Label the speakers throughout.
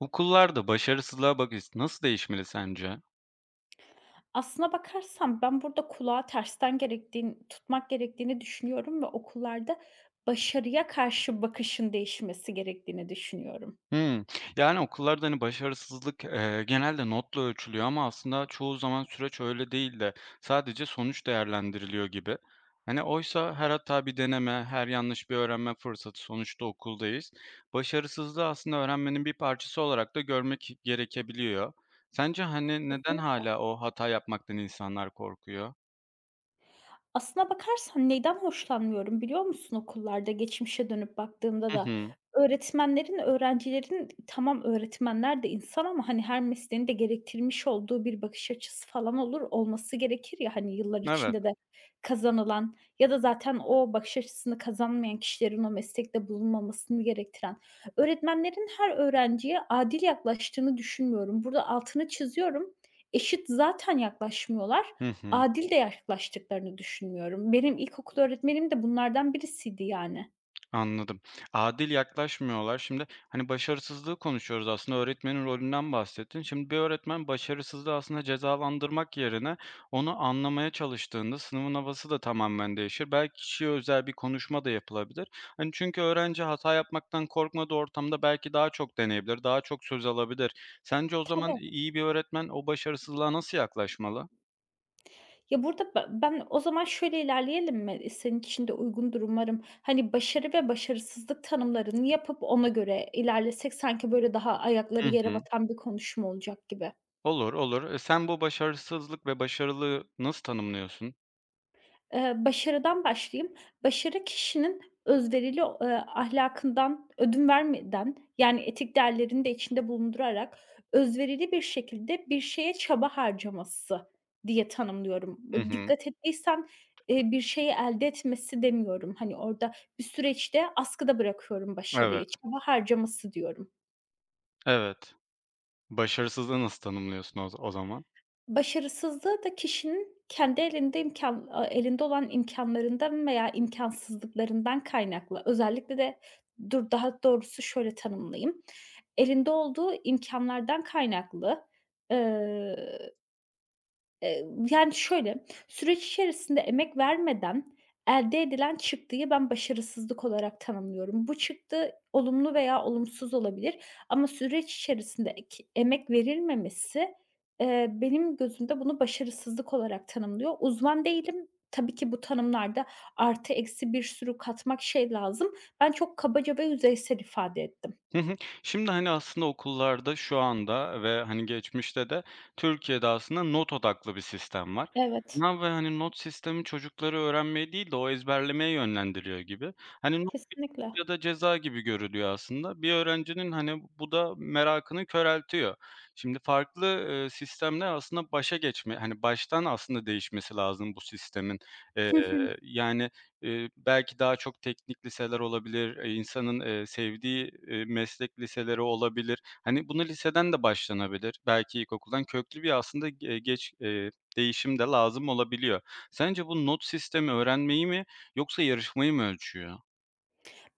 Speaker 1: Okullarda başarısızlığa bakış nasıl değişmeli sence?
Speaker 2: Aslına bakarsam ben burada kulağı tersten gerektiğin tutmak gerektiğini düşünüyorum ve okullarda başarıya karşı bakışın değişmesi gerektiğini düşünüyorum.
Speaker 1: Hımm. Okullarda, başarısızlık, genelde notla ölçülüyor ama aslında çoğu zaman süreç öyle değil de sadece sonuç değerlendiriliyor gibi. Hani, oysa her hata bir deneme, her yanlış bir öğrenme fırsatı, sonuçta okuldayız. Başarısızlığı aslında öğrenmenin bir parçası olarak da görmek gerekebiliyor. Sence, neden
Speaker 2: Kesinlikle.
Speaker 1: hala o hata yapmaktan insanlar korkuyor?
Speaker 2: Aslına bakarsan neyden hoşlanmıyorum biliyor musun okullarda geçmişe dönüp baktığımda
Speaker 1: Hı
Speaker 2: da?
Speaker 1: hı.
Speaker 2: Öğretmenlerin, öğrencilerin tamam öğretmenler de insan ama, hani, her mesleğin de gerektirmiş olduğu bir bakış açısı falan olur, olması gerekir ya, hani, yıllar
Speaker 1: Evet.
Speaker 2: içinde de kazanılan ya da zaten o bakış açısını kazanmayan kişilerin o meslekte bulunmamasını gerektiren. Öğretmenlerin her öğrenciye adil yaklaştığını düşünmüyorum. Burada altını çiziyorum. Eşit zaten yaklaşmıyorlar.
Speaker 1: Hı hı.
Speaker 2: Adil de yaklaştıklarını düşünmüyorum. Benim ilkokul öğretmenim de bunlardan birisiydi yani.
Speaker 1: Anladım. Adil yaklaşmıyorlar. Şimdi, başarısızlığı konuşuyoruz aslında, öğretmenin rolünden bahsettin. Şimdi bir öğretmen başarısızlığı aslında cezalandırmak yerine onu anlamaya çalıştığında sınıfın havası da tamamen değişir. Belki kişiye özel bir konuşma da yapılabilir. Hani, çünkü öğrenci hata yapmaktan korkmadığı ortamda belki daha çok deneyebilir, daha çok söz alabilir. Sence o zaman
Speaker 2: Tabii.
Speaker 1: iyi bir öğretmen o başarısızlığa nasıl yaklaşmalı?
Speaker 2: Ya, burada ben o zaman şöyle ilerleyelim mi? Senin için de uygundur umarım. Hani, başarı ve başarısızlık tanımlarını yapıp ona göre ilerlesek sanki böyle daha
Speaker 1: Hı
Speaker 2: ayakları yere
Speaker 1: hı.
Speaker 2: batan bir konuşma olacak gibi.
Speaker 1: Olur, olur. Sen bu başarısızlık ve başarılıyı nasıl tanımlıyorsun?
Speaker 2: Başarıdan başlayayım. Başarı kişinin özverili, ahlakından ödün vermeden, yani etik değerlerini de içinde bulundurarak özverili bir şekilde bir şeye çaba harcaması diye tanımlıyorum.
Speaker 1: Hı hı.
Speaker 2: Dikkat ettiysen, bir şeyi elde etmesi demiyorum. Hani, orada bir süreçte askıda bırakıyorum
Speaker 1: Evet.
Speaker 2: başarıyı, çaba harcaması diyorum.
Speaker 1: Evet. Başarısızlığı nasıl tanımlıyorsun o zaman?
Speaker 2: Başarısızlığı da kişinin kendi elinde elinde olan imkânlarından veya imkânsızlıklarından kaynaklı. Özellikle de dur, daha doğrusu şöyle tanımlayayım: Elinde olduğu imkânlardan kaynaklı, eee Eee, yani, şöyle, süreç içerisinde emek vermeden elde edilen çıktıyı ben başarısızlık olarak tanımlıyorum. Bu çıktı olumlu veya olumsuz olabilir ama süreç içerisinde ek emek verilmemesi, benim gözümde bunu başarısızlık olarak tanımlıyor. Uzman değilim. Tabii ki bu tanımlarda artı eksi bir sürü katmak şey lazım. Ben çok kabaca ve yüzeysel ifade ettim.
Speaker 1: Hı hı. Şimdi, aslında okullarda şu anda ve, geçmişte de Türkiye'de aslında not odaklı bir sistem var.
Speaker 2: Evet,
Speaker 1: Sınav ve, not sistemi çocukları öğrenmeye değil de o ezberlemeye yönlendiriyor gibi. Hani
Speaker 2: kesinlikle.
Speaker 1: ya da ceza gibi görülüyor aslında. Bir öğrencinin, bu da merakını köreltiyor. Şimdi farklı, sistemler aslında başa geçme hani, baştan aslında değişmesi lazım bu sistemin. Eee, yani, belki daha çok teknik liseler olabilir, insanın, sevdiği, meslek liseleri olabilir. Hani, bunu liseden de başlanabilir. Belki ilkokuldan köklü bir aslında ge geç değişim de lazım olabiliyor. Sence bu not sistemi öğrenmeyi mi yoksa yarışmayı mı ölçüyor?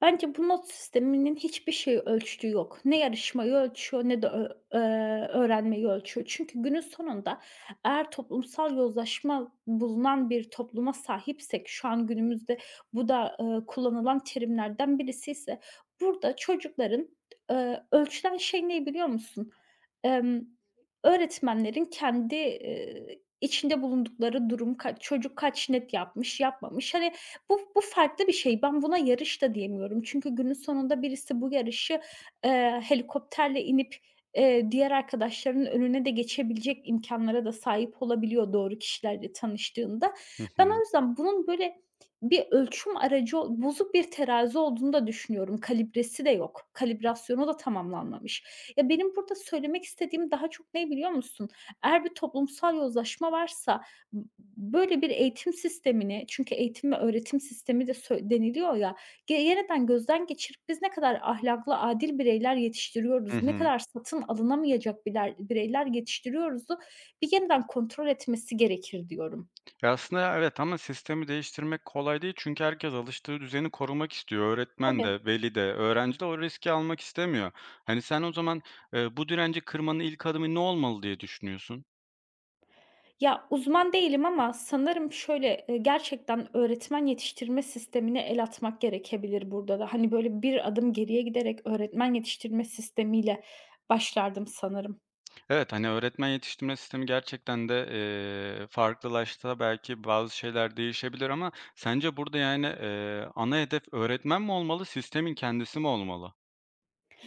Speaker 2: Bence bu not sisteminin hiçbir şeyi ölçtüğü yok. Ne yarışmayı ölçüyor ne de ö öğrenmeyi ölçüyor. Çünkü günün sonunda eğer toplumsal yozlaşma bulunan bir topluma sahipsek, şu an günümüzde bu da, kullanılan terimlerden birisi ise burada çocukların, ölçülen şey ne biliyor musun? Emm, Öğretmenlerin kendi, içinde bulundukları durum, kaç çocuk kaç net yapmış, yapmamış. Hani, bu farklı bir şey. Ben buna yarış da diyemiyorum. Çünkü günün sonunda birisi bu yarışı, helikopterle inip, diğer arkadaşlarının önüne de geçebilecek imkânlara da sahip olabiliyor doğru kişilerle tanıştığında.
Speaker 1: Hı hı.
Speaker 2: Ben o yüzden bunun böyle bir ölçüm aracı bozuk bir terazi olduğunu da düşünüyorum. Kalibresi de yok. Kalibrasyonu da tamamlanmamış. Ya, benim burada söylemek istediğim daha çok ne biliyor musun? Eğer bir toplumsal yozlaşma varsa B böyle bir eğitim sistemini çünkü eğitim ve öğretim sistemi de deniliyor ya, yeniden gözden geçirip biz ne kadar ahlaklı, adil bireyler
Speaker 1: Hı
Speaker 2: yetiştiriyoruz, ne
Speaker 1: hı.
Speaker 2: kadar satın alınamayacak bireyler yetiştiriyoruzu bir yeniden kontrol etmesi gerekir diyorum.
Speaker 1: Ya, aslında evet ama sistemi değiştirmek kolay değil çünkü herkes alıştığı düzeni korumak istiyor. Öğretmen
Speaker 2: Tabii.
Speaker 1: de, veli de, öğrenci de o riski almak istemiyor. Hani, sen o zaman, bu direnci kırmanın ilk adımı ne olmalı diye düşünüyorsun?
Speaker 2: Ya, uzman değilim ama sanırım şöyle, gerçekten öğretmen yetiştirme sistemine el atmak gerekebilir burada da. Hani, böyle, bir adım geriye giderek öğretmen yetiştirme sistemiyle başlardım sanırım.
Speaker 1: Evet, öğretmen yetiştirme sistemi gerçekten de, farklılaşsa belki bazı şeyler değişebilir ama sence burada, ana hedef öğretmen mi olmalı, sistemin kendisi mi olmalı?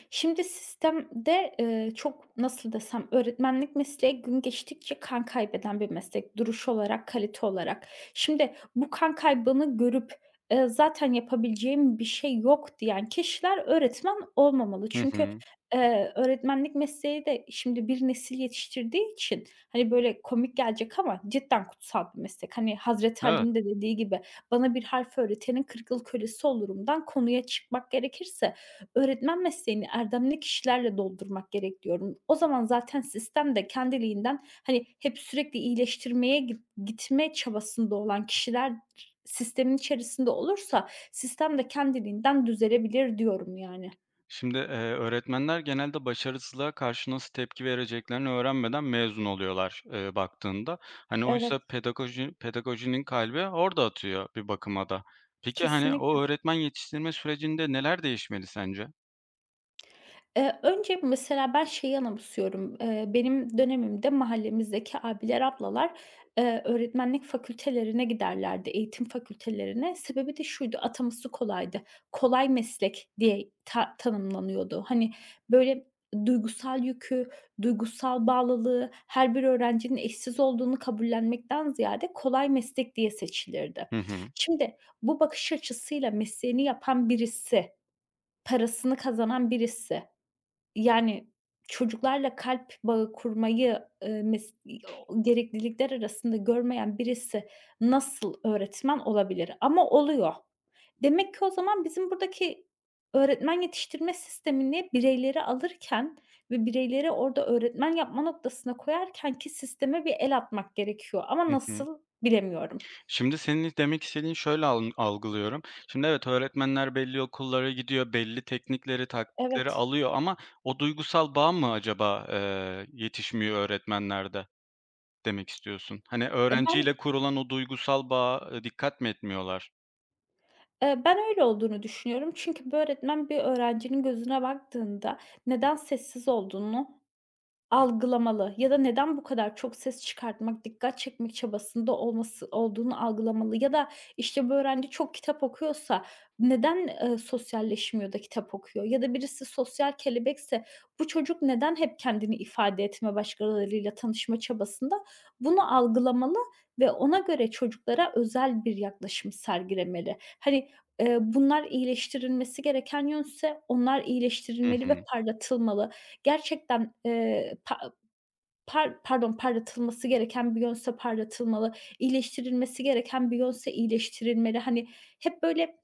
Speaker 2: Şimdi sistemde, çok, nasıl desem, öğretmenlik mesleği gün geçtikçe kan kaybeden bir meslek, duruş olarak, kalite olarak. Şimdi bu kan kaybını görüp, "Zaten yapabileceğim bir şey yok." diyen kişiler öğretmen olmamalı.
Speaker 1: Hı
Speaker 2: Çünkü,
Speaker 1: hı.
Speaker 2: öğretmenlik mesleği de şimdi bir nesil yetiştirdiği için, hani, böyle komik gelecek ama cidden kutsal bir meslek. Hani, Hazreti
Speaker 1: Evet.
Speaker 2: Ali'nin de dediği gibi, "Bana bir harf öğretenin 40 yıl kölesi olurum"dan konuya çıkmak gerekirse öğretmen mesleğini erdemli kişilerle doldurmak gerek diyorum. O zaman zaten sistem de kendiliğinden, hani, hep sürekli iyileştirmeye gitme çabasında olan kişiler sistemin içerisinde olursa sistem de kendiliğinden düzelebilir diyorum yani.
Speaker 1: Şimdi, öğretmenler genelde başarısızlığa karşı nasıl tepki vereceklerini öğrenmeden mezun oluyorlar, baktığında. Hani, oysa
Speaker 2: Evet.
Speaker 1: pedagojinin kalbi orada atıyor bir bakıma da. Peki, o
Speaker 2: Kesinlikle.
Speaker 1: öğretmen yetiştirme sürecinde neler değişmeli sence?
Speaker 2: Önce mesela ben şeyi anımsıyorum. Benim dönemimde mahallemizdeki abiler, ablalar, öğretmenlik fakültelerine giderlerdi, eğitim fakültelerine. Sebebi de şuydu, ataması kolaydı. Kolay meslek diye tanımlanıyordu. Hani, böyle, duygusal yükü, duygusal bağlılığı, her bir öğrencinin eşsiz olduğunu kabullenmekten ziyade kolay meslek diye seçilirdi.
Speaker 1: Hı hı.
Speaker 2: Şimdi bu bakış açısıyla mesleğini yapan birisi, parasını kazanan birisi yani, çocuklarla kalp bağı kurmayı, mes o gereklilikler arasında görmeyen birisi nasıl öğretmen olabilir? Ama oluyor. Demek ki o zaman bizim buradaki öğretmen yetiştirme sistemini bireyleri alırken ve bireyleri orada öğretmen yapma noktasına koyarken ki sisteme bir el atmak gerekiyor ama
Speaker 1: Hı hı.
Speaker 2: nasıl bilemiyorum.
Speaker 1: Şimdi senin demek istediğin şöyle algılıyorum. Şimdi evet, öğretmenler belli okullara gidiyor, belli teknikleri, taktikleri
Speaker 2: Evet.
Speaker 1: alıyor ama o duygusal bağ mı acaba, yetişmiyor öğretmenlerde? Demek istiyorsun. Hani
Speaker 2: E, ben,
Speaker 1: öğrenciyle kurulan o duygusal bağa, dikkat mi etmiyorlar?
Speaker 2: ben öyle olduğunu düşünüyorum. Çünkü bir öğretmen bir öğrencinin gözüne baktığında neden sessiz olduğunu algılamalı ya da neden bu kadar çok ses çıkartmak, dikkat çekmek çabasında olması olduğunu algılamalı ya da, işte, bu öğrenci çok kitap okuyorsa neden, sosyalleşmiyor da kitap okuyor ya da birisi sosyal kelebekse bu çocuk neden hep kendini ifade etme, başkalarıyla tanışma çabasında? Bunu algılamalı ve ona göre çocuklara özel bir yaklaşım sergilemeli. Hani, bunlar iyileştirilmesi gereken yönse onlar
Speaker 1: Hı
Speaker 2: iyileştirilmeli
Speaker 1: hı.
Speaker 2: ve parlatılmalı. Gerçekten, pa par pardon, parlatılması gereken bir yönse parlatılmalı, iyileştirilmesi gereken bir yönse iyileştirilmeli. Hani, hep böyle,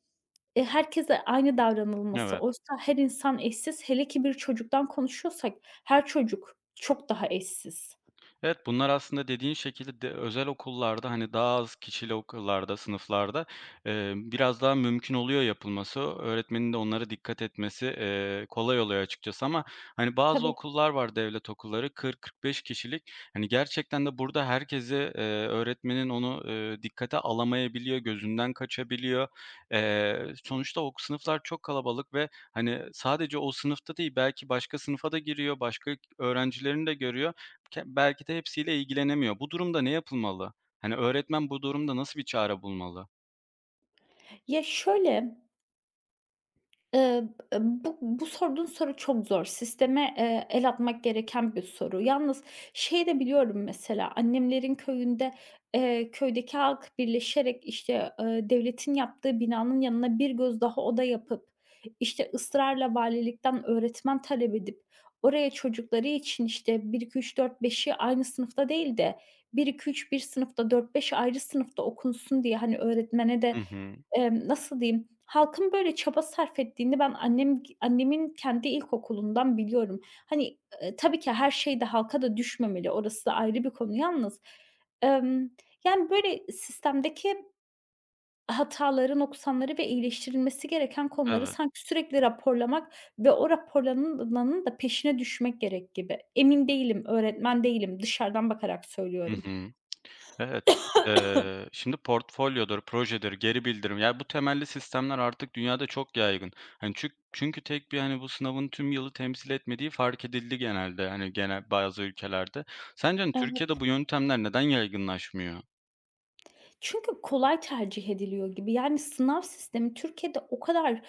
Speaker 2: herkese aynı davranılması.
Speaker 1: Evet.
Speaker 2: Oysa her insan eşsiz. Hele ki bir çocuktan konuşuyorsak her çocuk çok daha eşsiz.
Speaker 1: Evet, bunlar aslında dediğin şekilde de özel okullarda, hani, daha az kişili okullarda, sınıflarda, biraz daha mümkün oluyor yapılması. Öğretmenin de onlara dikkat etmesi, kolay oluyor açıkçası ama, hani, bazı
Speaker 2: Tabii.
Speaker 1: okullar var, devlet okulları 40-45 kişilik. Hani, gerçekten de burada herkesi, öğretmenin onu, dikkate alamayabiliyor, gözünden kaçabiliyor. Sonuçta o sınıflar çok kalabalık ve, hani, sadece o sınıfta değil belki başka sınıfa da giriyor, başka öğrencilerini de görüyor ke belki de hepsiyle ilgilenemiyor. Bu durumda ne yapılmalı? Hani, öğretmen bu durumda nasıl bir çare bulmalı?
Speaker 2: Ya, şöyle Eee, b bu bu sorduğun soru çok zor. Sisteme, el atmak gereken bir soru. Yalnız şeyi de biliyorum mesela, annemlerin köyünde, köydeki halk birleşerek, işte, devletin yaptığı binanın yanına bir göz daha oda yapıp, işte, ısrarla valilikten öğretmen talep edip oraya çocukları için, işte, bir iki üç dört beşi aynı sınıfta değil de bir iki üç bir sınıfta, dört 5 ayrı sınıfta okunsun diye, hani, öğretmene
Speaker 1: Hı
Speaker 2: de
Speaker 1: hı.
Speaker 2: Nasıl diyeyim, halkın böyle çaba sarf ettiğini ben annemin kendi ilkokulundan biliyorum. Hani, tabii ki her şey de halka da düşmemeli, orası da ayrı bir konu yalnız, emm, yani, böyle sistemdeki hataları, noksanları ve iyileştirilmesi gereken konuları
Speaker 1: Evet.
Speaker 2: sanki sürekli raporlamak ve o raporlanılanın da peşine düşmek gerek gibi. Emin değilim, öğretmen değilim, dışarıdan bakarak
Speaker 1: Hı
Speaker 2: söylüyorum.
Speaker 1: hı. Evet. Şimdi portfolyodur, projedir, geri bildirim, ya, bu temelli sistemler artık dünyada çok yaygın. Hani, çünkü tek bir, hani, bu sınavın tüm yılı temsil etmediği fark edildi genelde, hani, genel bazı ülkelerde. Sence,
Speaker 2: Evet.
Speaker 1: Türkiye'de bu yöntemler neden yaygınlaşmıyor?
Speaker 2: Çünkü kolay tercih ediliyor gibi. Yani sınav sistemi Türkiye'de o kadar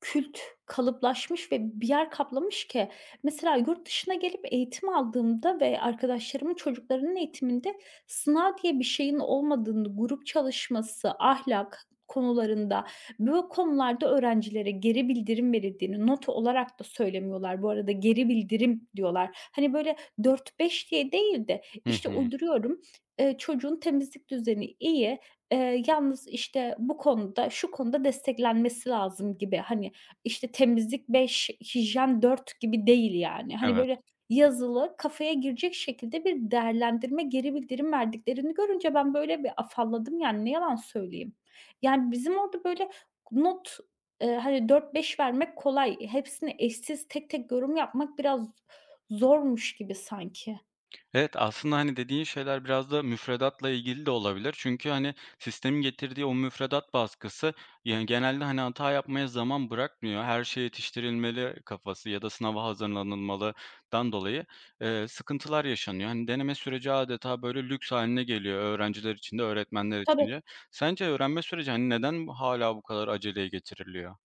Speaker 2: kült, kalıplaşmış ve bir yer kaplamış ki mesela yurt dışına gelip eğitim aldığımda ve arkadaşlarımın çocuklarının eğitiminde sınav diye bir şeyin olmadığını, grup çalışması, ahlak konularında, bu konularda öğrencilere geri bildirim verildiğini not olarak da söylemiyorlar. Bu arada geri bildirim diyorlar. Hani böyle dört beş diye değil de
Speaker 1: Hı
Speaker 2: işte
Speaker 1: hı.
Speaker 2: uyduruyorum. Çocuğun temizlik düzeni iyi, yalnız, işte, bu konuda, şu konuda desteklenmesi lazım gibi. Hani, işte, temizlik 5, hijyen 4 gibi değil yani. Hani,
Speaker 1: Evet.
Speaker 2: böyle yazılı, kafaya girecek şekilde bir değerlendirme, geri bildirim verdiklerini görünce ben böyle bir afalladım yani ne yalan söyleyeyim. Yani bizim orada böyle not, hani dört beş vermek kolay. Hepsini eşsiz tek tek yorum yapmak biraz zormuş gibi sanki.
Speaker 1: Evet, aslında, dediğin şeyler biraz da müfredatla ilgili de olabilir. Çünkü, sistemin getirdiği o müfredat baskısı, yani, genelde, hata yapmaya zaman bırakmıyor. Her şey yetiştirilmeli kafası ya da sınava hazırlanılmalıdan dolayı, sıkıntılar yaşanıyor. Hani, deneme süreci adeta böyle lüks haline geliyor öğrenciler için de öğretmenler
Speaker 2: Tabii.
Speaker 1: için de. Sence öğrenme süreci, neden hala bu kadar aceleye getiriliyor?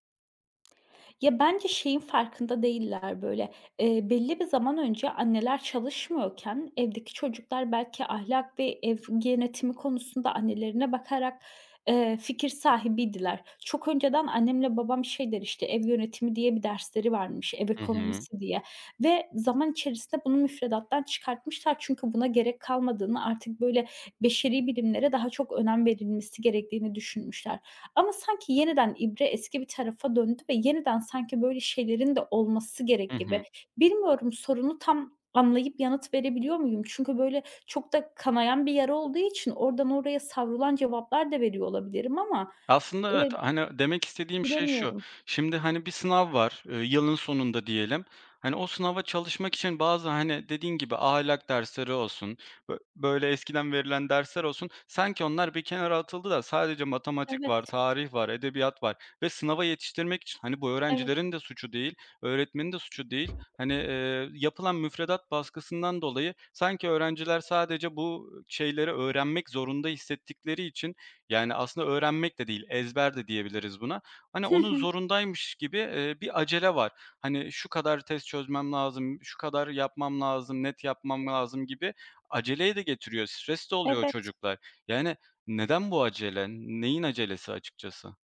Speaker 2: Ya, bence şeyin farkında değiller, böyle, belli bir zaman önce anneler çalışmıyorken evdeki çocuklar belki ahlak ve ev yönetimi konusunda annelerine bakarak, fikir sahibiydiler. Çok önceden annemle babam şey der, işte, ev yönetimi diye bir dersleri varmış, ev
Speaker 1: Hı hı.
Speaker 2: ekonomisi diye ve zaman içerisinde bunu müfredattan çıkartmışlar. Çünkü buna gerek kalmadığını, artık, böyle, beşeri bilimlere daha çok önem verilmesi gerektiğini düşünmüşler. Ama sanki yeniden ibre eski bir tarafa döndü ve yeniden sanki böyle şeylerin de olması
Speaker 1: Hı
Speaker 2: gerek gibi.
Speaker 1: hı.
Speaker 2: Bilmiyorum sorunu tam anlayıp yanıt verebiliyor muyum? Çünkü böyle çok da kanayan bir yara olduğu için oradan oraya savrulan cevaplar da veriyor olabilirim ama,
Speaker 1: Aslında evet,
Speaker 2: eee,
Speaker 1: demek istediğim şey şu:
Speaker 2: bilemiyorum.
Speaker 1: Şimdi, bir sınav var, yılın sonunda diyelim. Hani, o sınava çalışmak için bazı, hani, dediğin gibi ahlak dersleri olsun, böyle eskiden verilen dersler olsun, sanki onlar bir kenara atıldı da sadece matematik var,
Speaker 2: Evet,
Speaker 1: tarih var, edebiyat var ve sınava yetiştirmek için, hani, bu
Speaker 2: evet.
Speaker 1: öğrencilerin de suçu değil, öğretmenin de suçu değil. Hani, yapılan müfredat baskısından dolayı sanki öğrenciler sadece bu şeyleri öğrenmek zorunda hissettikleri için yani, aslında öğrenmek de değil, ezber de diyebiliriz buna. Hani,
Speaker 2: Hı
Speaker 1: onun
Speaker 2: hı.
Speaker 1: zorundaymış gibi, bir acele var. Hani, şu kadar test çözmem lazım, şu kadar yapmam lazım, net yapmam lazım gibi aceleyi de getiriyor. Stres de oluyor o
Speaker 2: Evet.
Speaker 1: çocuklar. Yani, neden bu acele? Neyin acelesi açıkçası?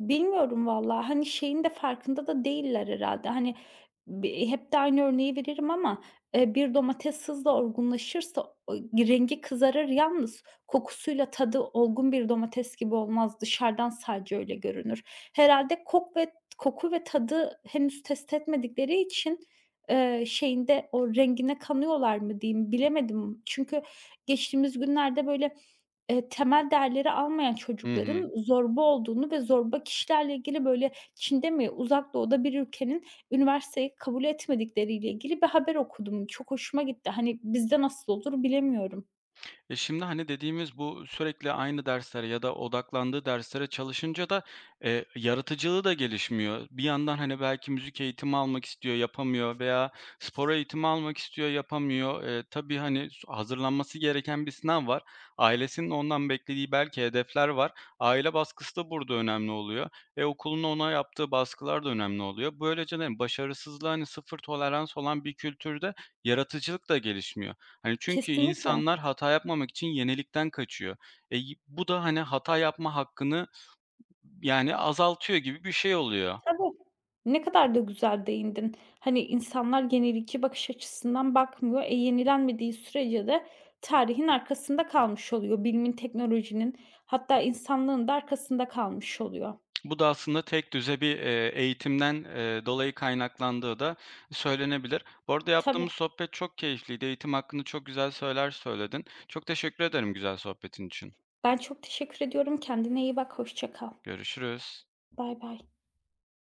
Speaker 2: Bilmiyorum vallahi, hani, şeyin de farkında da değiller herhalde. Hani, hep de aynı örneği veririm ama, bir domates hızla olgunlaşırsa o rengi kızarır yalnız kokusuyla tadı olgun bir domates gibi olmaz. Dışarıdan sadece öyle görünür. Herhalde koku ve tadı henüz test etmedikleri için, şeyinde o rengine kanıyorlar mı diyeyim, bilemedim. Çünkü geçtiğimiz günlerde, böyle, temel değerleri almayan
Speaker 1: Hı hı.
Speaker 2: çocukların zorba olduğunu ve zorba kişilerle ilgili, böyle, Çin'de mi, Uzak Doğu'da bir ülkenin üniversiteyi kabul etmedikleriyle ilgili bir haber okudum. Çok hoşuma gitti. Hani, bizde nasıl olur bilemiyorum.
Speaker 1: E, şimdi, dediğimiz bu sürekli aynı derslere ya da odaklandığı derslere çalışınca da, yaratıcılığı da gelişmiyor. Bir yandan, belki müzik eğitimi almak istiyor, yapamıyor veya spor eğitimi almak istiyor, yapamıyor. Tabii, hazırlanması gereken bir sınav var. Ailesinin ondan beklediği belki hedefler var. Aile baskısı da burada önemli oluyor. E, okulun ona yaptığı baskılar da önemli oluyor. Böylece de başarısızlığa, sıfır tolerans olan bir kültürde yaratıcılık da gelişmiyor. Hani, çünkü
Speaker 2: Kesinlikle.
Speaker 1: insanlar hata yapmamak için yenilikten kaçıyor. E, y bu da, hata yapma hakkını, yani, azaltıyor gibi bir şey oluyor.
Speaker 2: Tabii. Ne kadar da güzel değindin. Hani, insanlar yenilikçi bakış açısından bakmıyor. Yenilenmediği sürece de tarihin arkasında kalmış oluyor. Bilimin, teknolojinin hatta insanlığın da arkasında kalmış oluyor.
Speaker 1: Bu da aslında tek düze bir, eğitimden, dolayı kaynaklandığı da söylenebilir. Bu arada
Speaker 2: Tabii.
Speaker 1: yaptığımız sohbet çok keyifliydi. Eğitim hakkında çok güzel söyler söyledin. Çok teşekkür ederim güzel sohbetin için.
Speaker 2: Ben çok teşekkür ediyorum. Kendine iyi bak, hoşça kal.
Speaker 1: Görüşürüz.
Speaker 2: Bay. Bay.